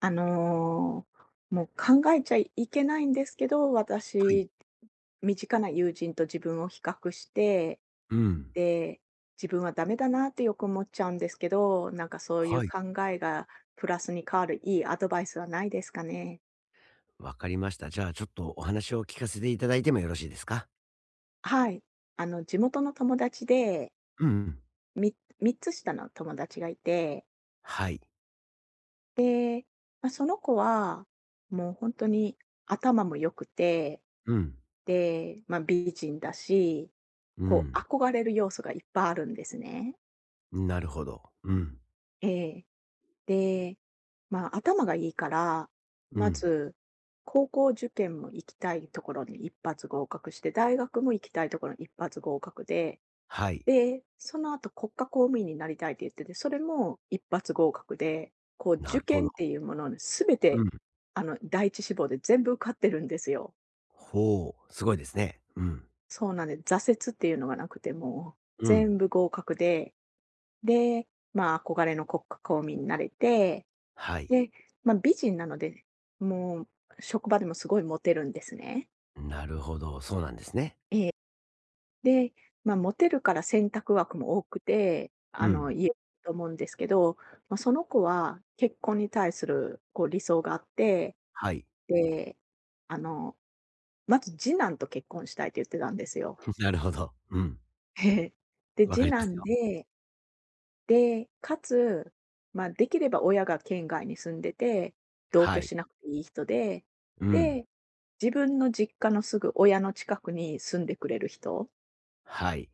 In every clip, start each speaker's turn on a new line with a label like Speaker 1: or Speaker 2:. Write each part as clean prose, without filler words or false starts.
Speaker 1: あの、もう考えちゃいけないんですけど、
Speaker 2: はい。
Speaker 1: 私、身近な友人と自分を比較して、
Speaker 2: うん。
Speaker 1: で、自分はダメだなってよく思っちゃうんですけど、なんかそういう
Speaker 2: はい。
Speaker 1: 考えがプラスに変わるいいアドバイスはないですかね？
Speaker 2: わかりました。じゃあ、ちょっとお話を聞かせていただいてもよろしいですか？
Speaker 1: はい。地元の友達で、
Speaker 2: うんうん。
Speaker 1: み3つ下の友達がいて、
Speaker 2: はい。
Speaker 1: で、まあ、その子は、もう本当に頭も良くて、
Speaker 2: うん。
Speaker 1: で、まあ、美人だし、
Speaker 2: う
Speaker 1: こう
Speaker 2: ん。
Speaker 1: 憧れる要素がいっぱいあるんですね。
Speaker 2: なるほど。うん。
Speaker 1: ええ。で、まあ、頭がいいから、
Speaker 2: う
Speaker 1: ま
Speaker 2: ん。
Speaker 1: ず、高校受験も行きたいところに一発合格して、大学も行きたいところに一発合格で、
Speaker 2: はい。
Speaker 1: で、その後国家公務員になりたいって言ってて、それも一発合格で、こう
Speaker 2: な
Speaker 1: 受
Speaker 2: るほ
Speaker 1: 験
Speaker 2: ど。
Speaker 1: っていうものに全
Speaker 2: う
Speaker 1: て、
Speaker 2: ん。
Speaker 1: 第一志望で全部受かってるんですよ。
Speaker 2: ほう、すごいですね。うん。
Speaker 1: そうなんで、挫折っていうのがなくて、もう
Speaker 2: うん。
Speaker 1: 全部合格で、で、まあ、憧れの国家公民になれて、
Speaker 2: はい。
Speaker 1: で、まあ、美人なので、もう職場でもすごいモテるんですね。
Speaker 2: なるほど、そうなんですね。
Speaker 1: ええ。で、まあ、モテるから選択枠も多くて、
Speaker 2: うん。
Speaker 1: いえると思うんですけど、まあ、その子は結婚に対するこう理想があって、
Speaker 2: はい。
Speaker 1: で、あの、まず次男と結婚したいって言ってたんですよ。
Speaker 2: なるほど。うん。
Speaker 1: で、
Speaker 2: わか
Speaker 1: 次
Speaker 2: ります
Speaker 1: 男
Speaker 2: よ。
Speaker 1: でで、かつ、まあ、できれば親が県外に住んでて、同
Speaker 2: は
Speaker 1: 居
Speaker 2: い。
Speaker 1: しなくていい人で、
Speaker 2: うん。
Speaker 1: で、自分の実家のすぐ親の近くに住んでくれる人、
Speaker 2: はい。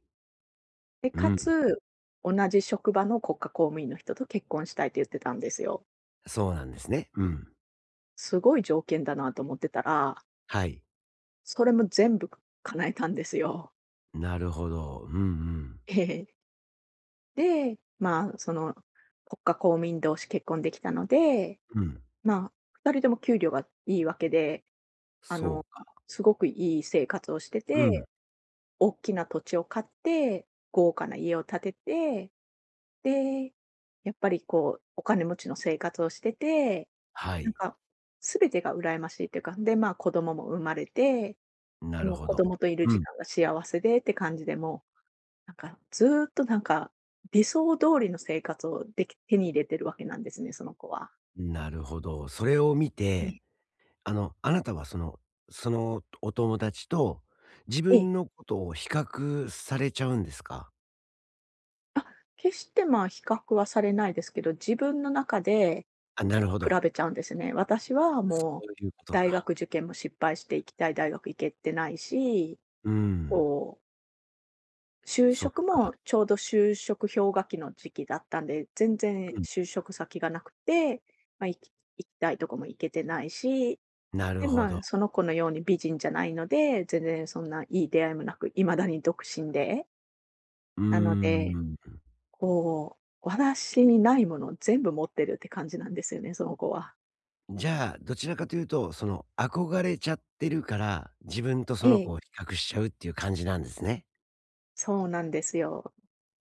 Speaker 1: で、
Speaker 2: う
Speaker 1: か
Speaker 2: ん。
Speaker 1: つ、同じ職場の国家公務員の人と結婚したいって言ってたんですよ。
Speaker 2: そうなんですね。うん。
Speaker 1: すごい条件だなと思ってたら、
Speaker 2: はい。
Speaker 1: それも全部叶えたんですよ。
Speaker 2: なるほど。うんうん。
Speaker 1: ええ。で、まあ、その、国家公務員同士結婚できたので、
Speaker 2: うん。
Speaker 1: まあ、2人とも給料がいいわけで、あ
Speaker 2: そう
Speaker 1: の、
Speaker 2: か。
Speaker 1: すごくいい生活をして
Speaker 2: うん。
Speaker 1: て、大きな土地を買って、豪華な家を建てて、で、やっぱりこう、お金持ちの生活をしてて、
Speaker 2: は
Speaker 1: なん
Speaker 2: い、
Speaker 1: か全てが羨ましいっていうか、で、まあ、子供も生まれて、
Speaker 2: な
Speaker 1: で
Speaker 2: る
Speaker 1: も
Speaker 2: ほ
Speaker 1: 子
Speaker 2: ど。
Speaker 1: 供といる
Speaker 2: う
Speaker 1: 時
Speaker 2: ん、
Speaker 1: 間が幸せでって感じで、もう、なんかずーっとなんか、理想通りの生活を手に入れてるわけなんですね、その子は。
Speaker 2: なるほど。それを見
Speaker 1: え
Speaker 2: て、
Speaker 1: え。
Speaker 2: あなたはそのお友達と自
Speaker 1: ええ。
Speaker 2: 分のことを比較されちゃうんですか？
Speaker 1: あ、決してまあ、比較はされないですけど、自分の中で
Speaker 2: あ、なる
Speaker 1: こ
Speaker 2: ほ
Speaker 1: う、
Speaker 2: ど。
Speaker 1: 比べちゃうんですね。私は
Speaker 2: そ
Speaker 1: もう、
Speaker 2: ういうこと
Speaker 1: 大
Speaker 2: か。
Speaker 1: 学受験も失敗して行きたい大学行けてないし、
Speaker 2: うん、
Speaker 1: こう、就
Speaker 2: そっ
Speaker 1: 職も
Speaker 2: か。
Speaker 1: ちょうど就職氷河期の時期だったんで、全然
Speaker 2: うん、
Speaker 1: 就職先がなくて、まあ、行きたいとこも行けてないし、
Speaker 2: なる
Speaker 1: で、
Speaker 2: ほ
Speaker 1: ま
Speaker 2: ど。
Speaker 1: あ、その子のように美人じゃないので、全然そんないい出会いもなく、いまだに独身で、
Speaker 2: うー
Speaker 1: なので、
Speaker 2: ん。
Speaker 1: こう、私にないものを全部持ってるって感じなんですよね、その子は。
Speaker 2: じゃあ、どちらかというと、その憧れちゃってるから、自分とその
Speaker 1: ええ、
Speaker 2: 子を比較しちゃうっていう感じなんですね。
Speaker 1: そうなんですよ。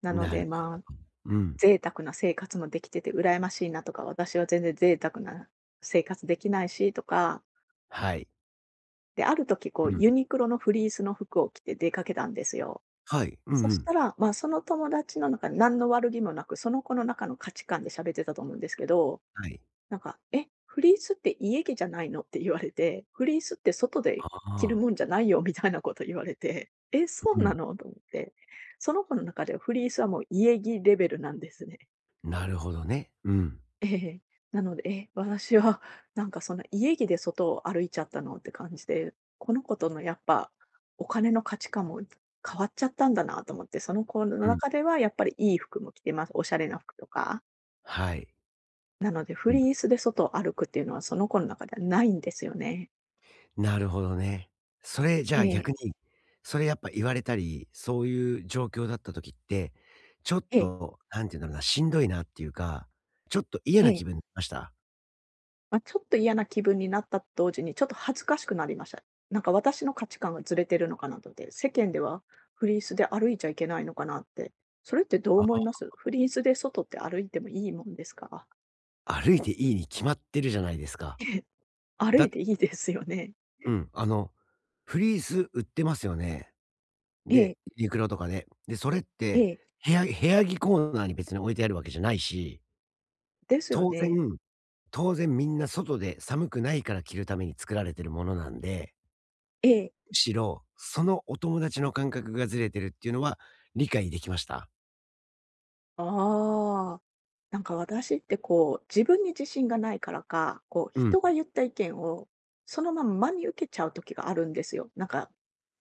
Speaker 1: なの
Speaker 2: な
Speaker 1: で、
Speaker 2: るほ
Speaker 1: まあ、
Speaker 2: ど。うん、
Speaker 1: 贅沢な生活もできてて羨ましいなとか、私は全然贅沢な生活できないしとか、
Speaker 2: はい。
Speaker 1: で、ある時こう
Speaker 2: うん。
Speaker 1: ユニクロのフリースの服を着て出かけたんですよ。
Speaker 2: はい。う
Speaker 1: そ
Speaker 2: んう
Speaker 1: し
Speaker 2: ん。
Speaker 1: たら、まあ、その友達の中で何の悪気もなく、その子の中の価値観で喋ってたと思うんですけど、
Speaker 2: はい。
Speaker 1: なんか、「え、フリースって家着じゃないの？」って言われて、「フリースって外で
Speaker 2: あ
Speaker 1: 着る
Speaker 2: あ。
Speaker 1: もんじゃないよ」みたいなこと言われて、「え、そう
Speaker 2: う
Speaker 1: な
Speaker 2: ん。
Speaker 1: の？」と思って。その子の中ではフリースはもう家着レベルなんですね。
Speaker 2: なるほどね。うん。
Speaker 1: ええ。なので、私はなんかそんな家着で外を歩いちゃったのって感じで、この子とのやっぱお金の価値観も変わっちゃったんだなと思って、その子の
Speaker 2: うん。
Speaker 1: 中ではやっぱりいい服も着てます。おしゃれな服とか。
Speaker 2: はい。
Speaker 1: なので、フ
Speaker 2: うん。
Speaker 1: リースで外を歩くっていうのは、その子の中ではないんですよね。
Speaker 2: なるほどね。それ、じゃ
Speaker 1: え
Speaker 2: あ
Speaker 1: え、
Speaker 2: 逆に、それやっぱ言われたり、そういう状況だった時って、ちょっ
Speaker 1: ええ。
Speaker 2: と、なんて言うんだろうな、しんどいなっていうか、ちょっと嫌
Speaker 1: え
Speaker 2: な
Speaker 1: え。
Speaker 2: 気分になりました？
Speaker 1: まあ、ちょっと嫌な気分になったと同時に、ちょっと恥ずかしくなりました。なんか私の価値観がずれてるのかなと思って、世間ではフリースで歩いちゃいけないのかなって。それってどう思い
Speaker 2: あ
Speaker 1: ます？フリースで外って歩いてもいいもんですか？
Speaker 2: あ、歩いていいに決まってるじゃないですか。だ
Speaker 1: 歩
Speaker 2: っ
Speaker 1: い
Speaker 2: て
Speaker 1: ていいですよね。
Speaker 2: うん、あの、フリース売ってますよね。
Speaker 1: え
Speaker 2: で、
Speaker 1: え、
Speaker 2: ユニクロとかで。で、それっ
Speaker 1: え
Speaker 2: て、
Speaker 1: え。
Speaker 2: 部屋着コーナーに別に置いてあるわけじゃないし、
Speaker 1: ですよ
Speaker 2: 当然
Speaker 1: ね。
Speaker 2: 当然みんな外で寒くないから着るために作られてるものなんで、
Speaker 1: ええ。
Speaker 2: むしろ、そのお友達の感覚がずれてるっていうのは理解できました。
Speaker 1: ああ、なんか私ってこう、自分に自信がないからか、こう、
Speaker 2: う
Speaker 1: 人
Speaker 2: ん、
Speaker 1: が言った意見をそのまんま真に受けちゃう時があるんですよ。なんか、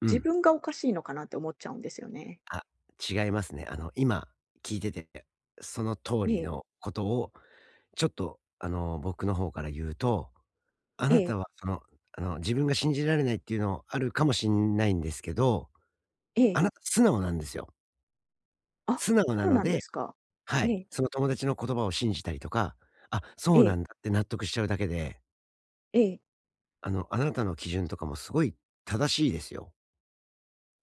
Speaker 2: う
Speaker 1: 自
Speaker 2: ん。
Speaker 1: 分がおかしいのかなって思っちゃうんですよね。
Speaker 2: あ、違いますね。あの、今聞いてて、その通
Speaker 1: え
Speaker 2: り
Speaker 1: え、
Speaker 2: のことをちょっと、あの、僕の方から言うと、あ
Speaker 1: え
Speaker 2: な
Speaker 1: え、
Speaker 2: たはその、あの、自分が信じられないっていうのあるかもしんないんですけど、
Speaker 1: ええ。
Speaker 2: あなた素直なんですよ。
Speaker 1: あ、
Speaker 2: 素直な
Speaker 1: そう
Speaker 2: の
Speaker 1: なんで
Speaker 2: で
Speaker 1: すか。
Speaker 2: は
Speaker 1: え
Speaker 2: い、
Speaker 1: え、
Speaker 2: その友達の言葉を信じたりとか、あ、
Speaker 1: え
Speaker 2: そうな
Speaker 1: え、
Speaker 2: んだって納得しちゃうだけで、
Speaker 1: ええ。
Speaker 2: あの、あなたの基準とかもすごい正しいですよ。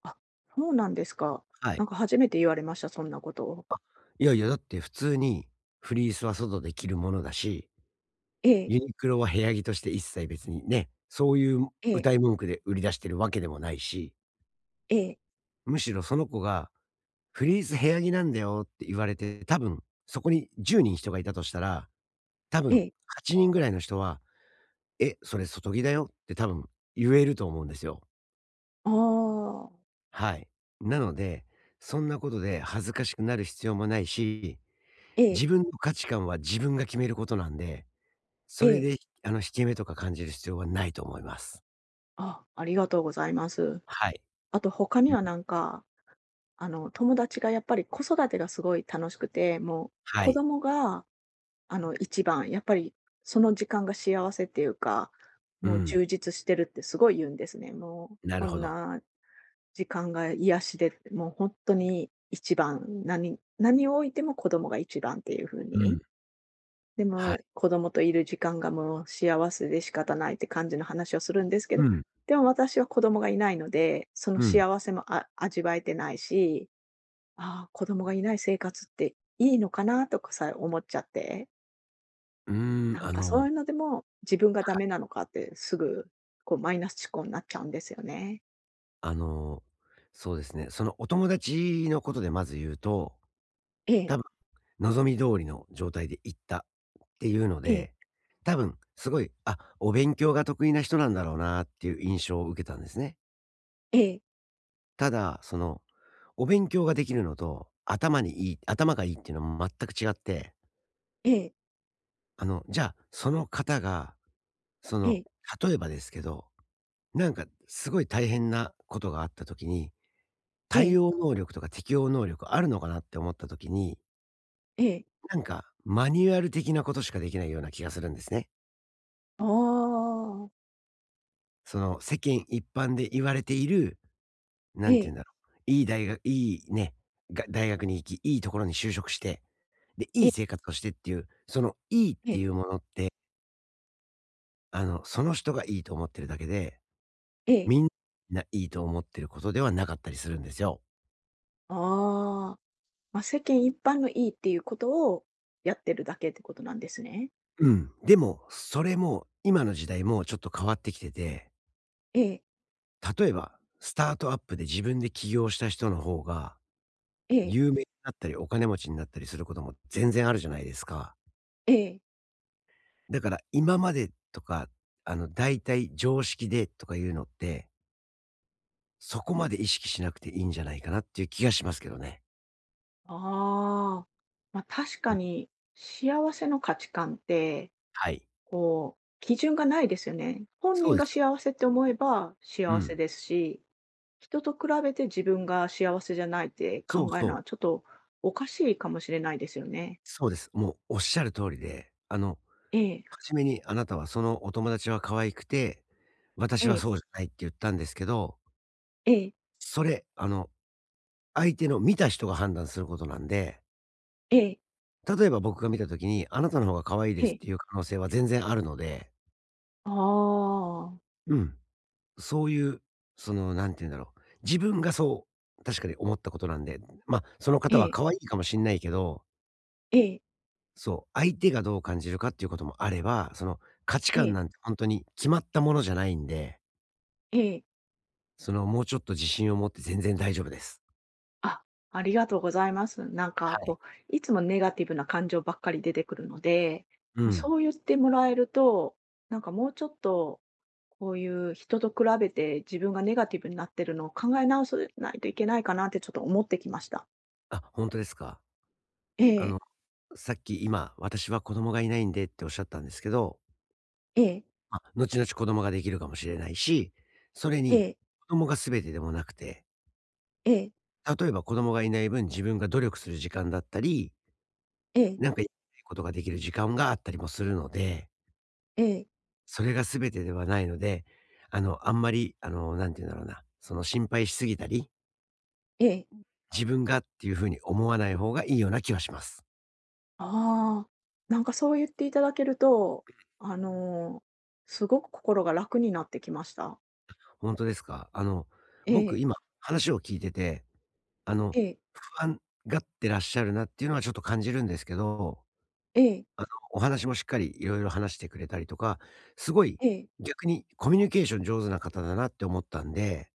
Speaker 1: あ、そうなんですか。
Speaker 2: は
Speaker 1: な
Speaker 2: い。
Speaker 1: んか初めて言われました、そんなことを。
Speaker 2: あ、いやいや、だって普通にフリースは外で着るものだし、
Speaker 1: ええ、
Speaker 2: ユニクロは部屋着として一切別にね、そういう
Speaker 1: ええ、
Speaker 2: 謳い文句で売り出してるわけでもないし、
Speaker 1: ええ、
Speaker 2: むしろその子がフリース部屋着なんだよって言われて、多分そこに10人人がいたとしたら、多分
Speaker 1: ええ。
Speaker 2: 8人ぐらいの人は「え、それ外着だよ」って多分言えると思うんですよ。
Speaker 1: ああ、
Speaker 2: はい。なので、そんなことで恥ずかしくなる必要もないし、
Speaker 1: ええ、
Speaker 2: 自分の価値観は自分が決めることなんで、
Speaker 1: え
Speaker 2: それ
Speaker 1: え。
Speaker 2: で、あの、引け目とか感じる必要はないと思います。
Speaker 1: あ、ありがとうございます。
Speaker 2: はい。
Speaker 1: あと他に
Speaker 2: うん。
Speaker 1: はなんか友達がやっぱり子育てがすごい楽しくて、もう
Speaker 2: は
Speaker 1: 子
Speaker 2: い。
Speaker 1: 供が、一番、やっぱりその時間が幸せっていうか、
Speaker 2: う
Speaker 1: もう
Speaker 2: ん。
Speaker 1: 充実してるってすごい言うんですね。もう
Speaker 2: なる
Speaker 1: こ
Speaker 2: ほ
Speaker 1: ん
Speaker 2: ど。
Speaker 1: な時間が癒しで、もう本当に一番、何を置いても子供が一番っていう風
Speaker 2: うん。
Speaker 1: に。で
Speaker 2: は
Speaker 1: も
Speaker 2: い。
Speaker 1: 子供といる時間がもう幸せで仕方ないって感じの話をするんですけど、
Speaker 2: うん。
Speaker 1: でも私は子供がいないので、その
Speaker 2: うん。
Speaker 1: 幸せも味わえてないし、ああ、子供がいない生活っていいのかなとかさえ思っちゃって、
Speaker 2: うーん、
Speaker 1: なん
Speaker 2: あ
Speaker 1: かそう
Speaker 2: の
Speaker 1: いうのでも、自分が
Speaker 2: は
Speaker 1: ダメ
Speaker 2: い。
Speaker 1: なのかってすぐ、こうマイナス思考になっちゃうんですよね。
Speaker 2: あの、そうですね、そのお友達のことでまず言うと、
Speaker 1: ええ、
Speaker 2: 多望み通りの状態で行ったっていうの
Speaker 1: ええ、
Speaker 2: で、多分すごい、あ、お勉強が得意な人なんだろうなっていう印象を受けたんですね。
Speaker 1: ええ、
Speaker 2: ただ、その、お勉強ができるのと、頭がいいっていうのは全く違って、
Speaker 1: ええ、
Speaker 2: あの、じゃあ、その方が、そ
Speaker 1: え
Speaker 2: の、
Speaker 1: え、
Speaker 2: 例えばですけど、なんかすごい大変なことがあった時に、
Speaker 1: え
Speaker 2: 対
Speaker 1: え、
Speaker 2: 応能力とか適応能力あるのかなって思った時に、
Speaker 1: ええ、
Speaker 2: なんかマニュアル的なことしかできないような気がするんですね。
Speaker 1: ああ、
Speaker 2: その、世間一般で言われている、な
Speaker 1: え
Speaker 2: んて言
Speaker 1: え、
Speaker 2: うんだろう、いい大学に行き、いいところに就職して、で、
Speaker 1: え
Speaker 2: い
Speaker 1: え、
Speaker 2: い生活をしてっていう、そのいいっ
Speaker 1: え
Speaker 2: てい
Speaker 1: え、
Speaker 2: うものって、あの、その人がいいと思ってるだけで、
Speaker 1: ええ、
Speaker 2: みんないいと思ってることではなかったりするんですよ。
Speaker 1: ああ、まあ、世間一般のいいっていうことをやってるだけってことなんですね。
Speaker 2: うん。でも、それも、今の時代もちょっと変わってきてて、
Speaker 1: ええ、
Speaker 2: 例えば、スタートアップで自分で起業した人の方が、
Speaker 1: ええ、
Speaker 2: 有名になったり、お金持ちになったりすることも全然あるじゃないですか。
Speaker 1: ええ、
Speaker 2: だから今までとか、あの、大体常識でとかいうのって、そこまで意識しなくていいんじゃないかなっていう気がしますけどね。
Speaker 1: ああ、ま、確
Speaker 2: う
Speaker 1: か
Speaker 2: ん、
Speaker 1: に幸せの価値観って
Speaker 2: はい。
Speaker 1: こう、基準がないですよね。本
Speaker 2: そ
Speaker 1: 人
Speaker 2: うで
Speaker 1: が
Speaker 2: すよ。
Speaker 1: 幸せって思えば
Speaker 2: う
Speaker 1: 幸せ
Speaker 2: ん。
Speaker 1: ですし、人と比べて自分が幸せじゃないって
Speaker 2: そう
Speaker 1: 考える
Speaker 2: そ
Speaker 1: の
Speaker 2: う。
Speaker 1: はちょっとおかしいかもしれないですよね。
Speaker 2: そうです。もうおっしゃる通りで、あの、
Speaker 1: ええ、
Speaker 2: 初めにあなたはそのお友達は可愛くて、
Speaker 1: え
Speaker 2: 私は
Speaker 1: え、
Speaker 2: そうじゃないって言ったんですけど、
Speaker 1: ええ、
Speaker 2: それ、あの、相手の見た人が判断することなんで、
Speaker 1: ええ、
Speaker 2: 例えば僕が見た時に、あなたの方が可愛いで
Speaker 1: え
Speaker 2: すっ
Speaker 1: え。
Speaker 2: ていう可能性は全然あるので、
Speaker 1: ああ。
Speaker 2: うん。そういう、その、なんて言うんだろう、自分がそう、確かに思ったことなんで、まあ、その
Speaker 1: え
Speaker 2: 方は
Speaker 1: え、
Speaker 2: 可愛いかもしんないけど、
Speaker 1: ええ、
Speaker 2: そう、相手がどう感じるかっていうこともあれば、その、価値
Speaker 1: え
Speaker 2: 観
Speaker 1: え、
Speaker 2: なんて本当に決まったものじゃないんで、
Speaker 1: ええ。
Speaker 2: その、もうちょっと自信を持って全然大丈夫です。
Speaker 1: あ、ありがとうございます。なんか
Speaker 2: はい。
Speaker 1: こう、いつもネガティブな感情ばっかり出てくるので、
Speaker 2: う
Speaker 1: ま、
Speaker 2: ん。
Speaker 1: そう言ってもらえると、なんかもうちょっと、こういう人と比べて自分がネガティブになってるのを考え直さないといけないかなってちょっと思ってきました。
Speaker 2: あ、本当ですか。
Speaker 1: え
Speaker 2: あの、
Speaker 1: え、
Speaker 2: さっき今、私は子供がいないんでっておっしゃったんですけど、
Speaker 1: ええ、
Speaker 2: まあ、後々子供ができるかもしれないし、それ
Speaker 1: え
Speaker 2: に、
Speaker 1: え、
Speaker 2: 子供が全てでもなくて
Speaker 1: ええ、
Speaker 2: 例えば子供がいない分、自分が努力する時間だったり、
Speaker 1: ええ、
Speaker 2: なんかやりたいことができる時間があったりもするので、
Speaker 1: ええ、
Speaker 2: それが全てではないので、あの、あんまり、あの、なんて言うんだろうな、その心配しすぎたり、
Speaker 1: ええ。
Speaker 2: 自分がっていう風に思わない方がいいような気はします。
Speaker 1: ああ、なんかそう言っていただけると、あの、すごく心が楽になってきました。
Speaker 2: 本当ですか？あの、
Speaker 1: え
Speaker 2: 僕
Speaker 1: え、
Speaker 2: 今話を聞いてて、あの、
Speaker 1: ええ、
Speaker 2: 不安がってらっしゃるなっていうのはちょっと感じるんですけど、
Speaker 1: ええ、
Speaker 2: あの、お話もしっかりいろいろ話してくれたりとか、すごい
Speaker 1: ええ。
Speaker 2: 逆にコミュニケーション上手な方だなって思ったんで、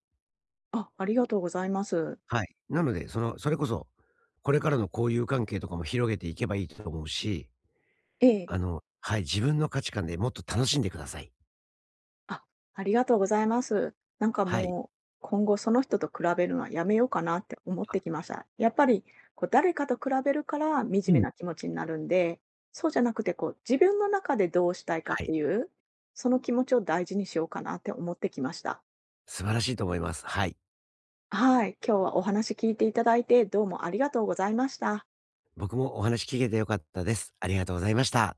Speaker 1: あ、ありがとうございます。
Speaker 2: はい。なので、その、それこそ、これからの交友関係とかも広げていけばいいと思うし、
Speaker 1: ええ。
Speaker 2: あの、はい、自分の価値観でもっと楽しんでください。
Speaker 1: あ、ありがとうございます。なんか
Speaker 2: はい。
Speaker 1: もう、今後その人と比べるのはやめようかなって思っ
Speaker 2: あ、
Speaker 1: てきました。やっぱり、こう、誰かと比べるから惨
Speaker 2: う
Speaker 1: め
Speaker 2: ん。
Speaker 1: な気持ちになるんで、そうじゃなくて、こう、自分の中でどうしたいかっ
Speaker 2: は
Speaker 1: て
Speaker 2: い。
Speaker 1: いう、その気持ちを大事にしようかなって思ってきました。
Speaker 2: 素晴らしいと思います。はい。
Speaker 1: はい。今日はお話聞いていただいて、どうもありがとうございました。
Speaker 2: 僕もお話聞けて良かったです。ありがとうございました。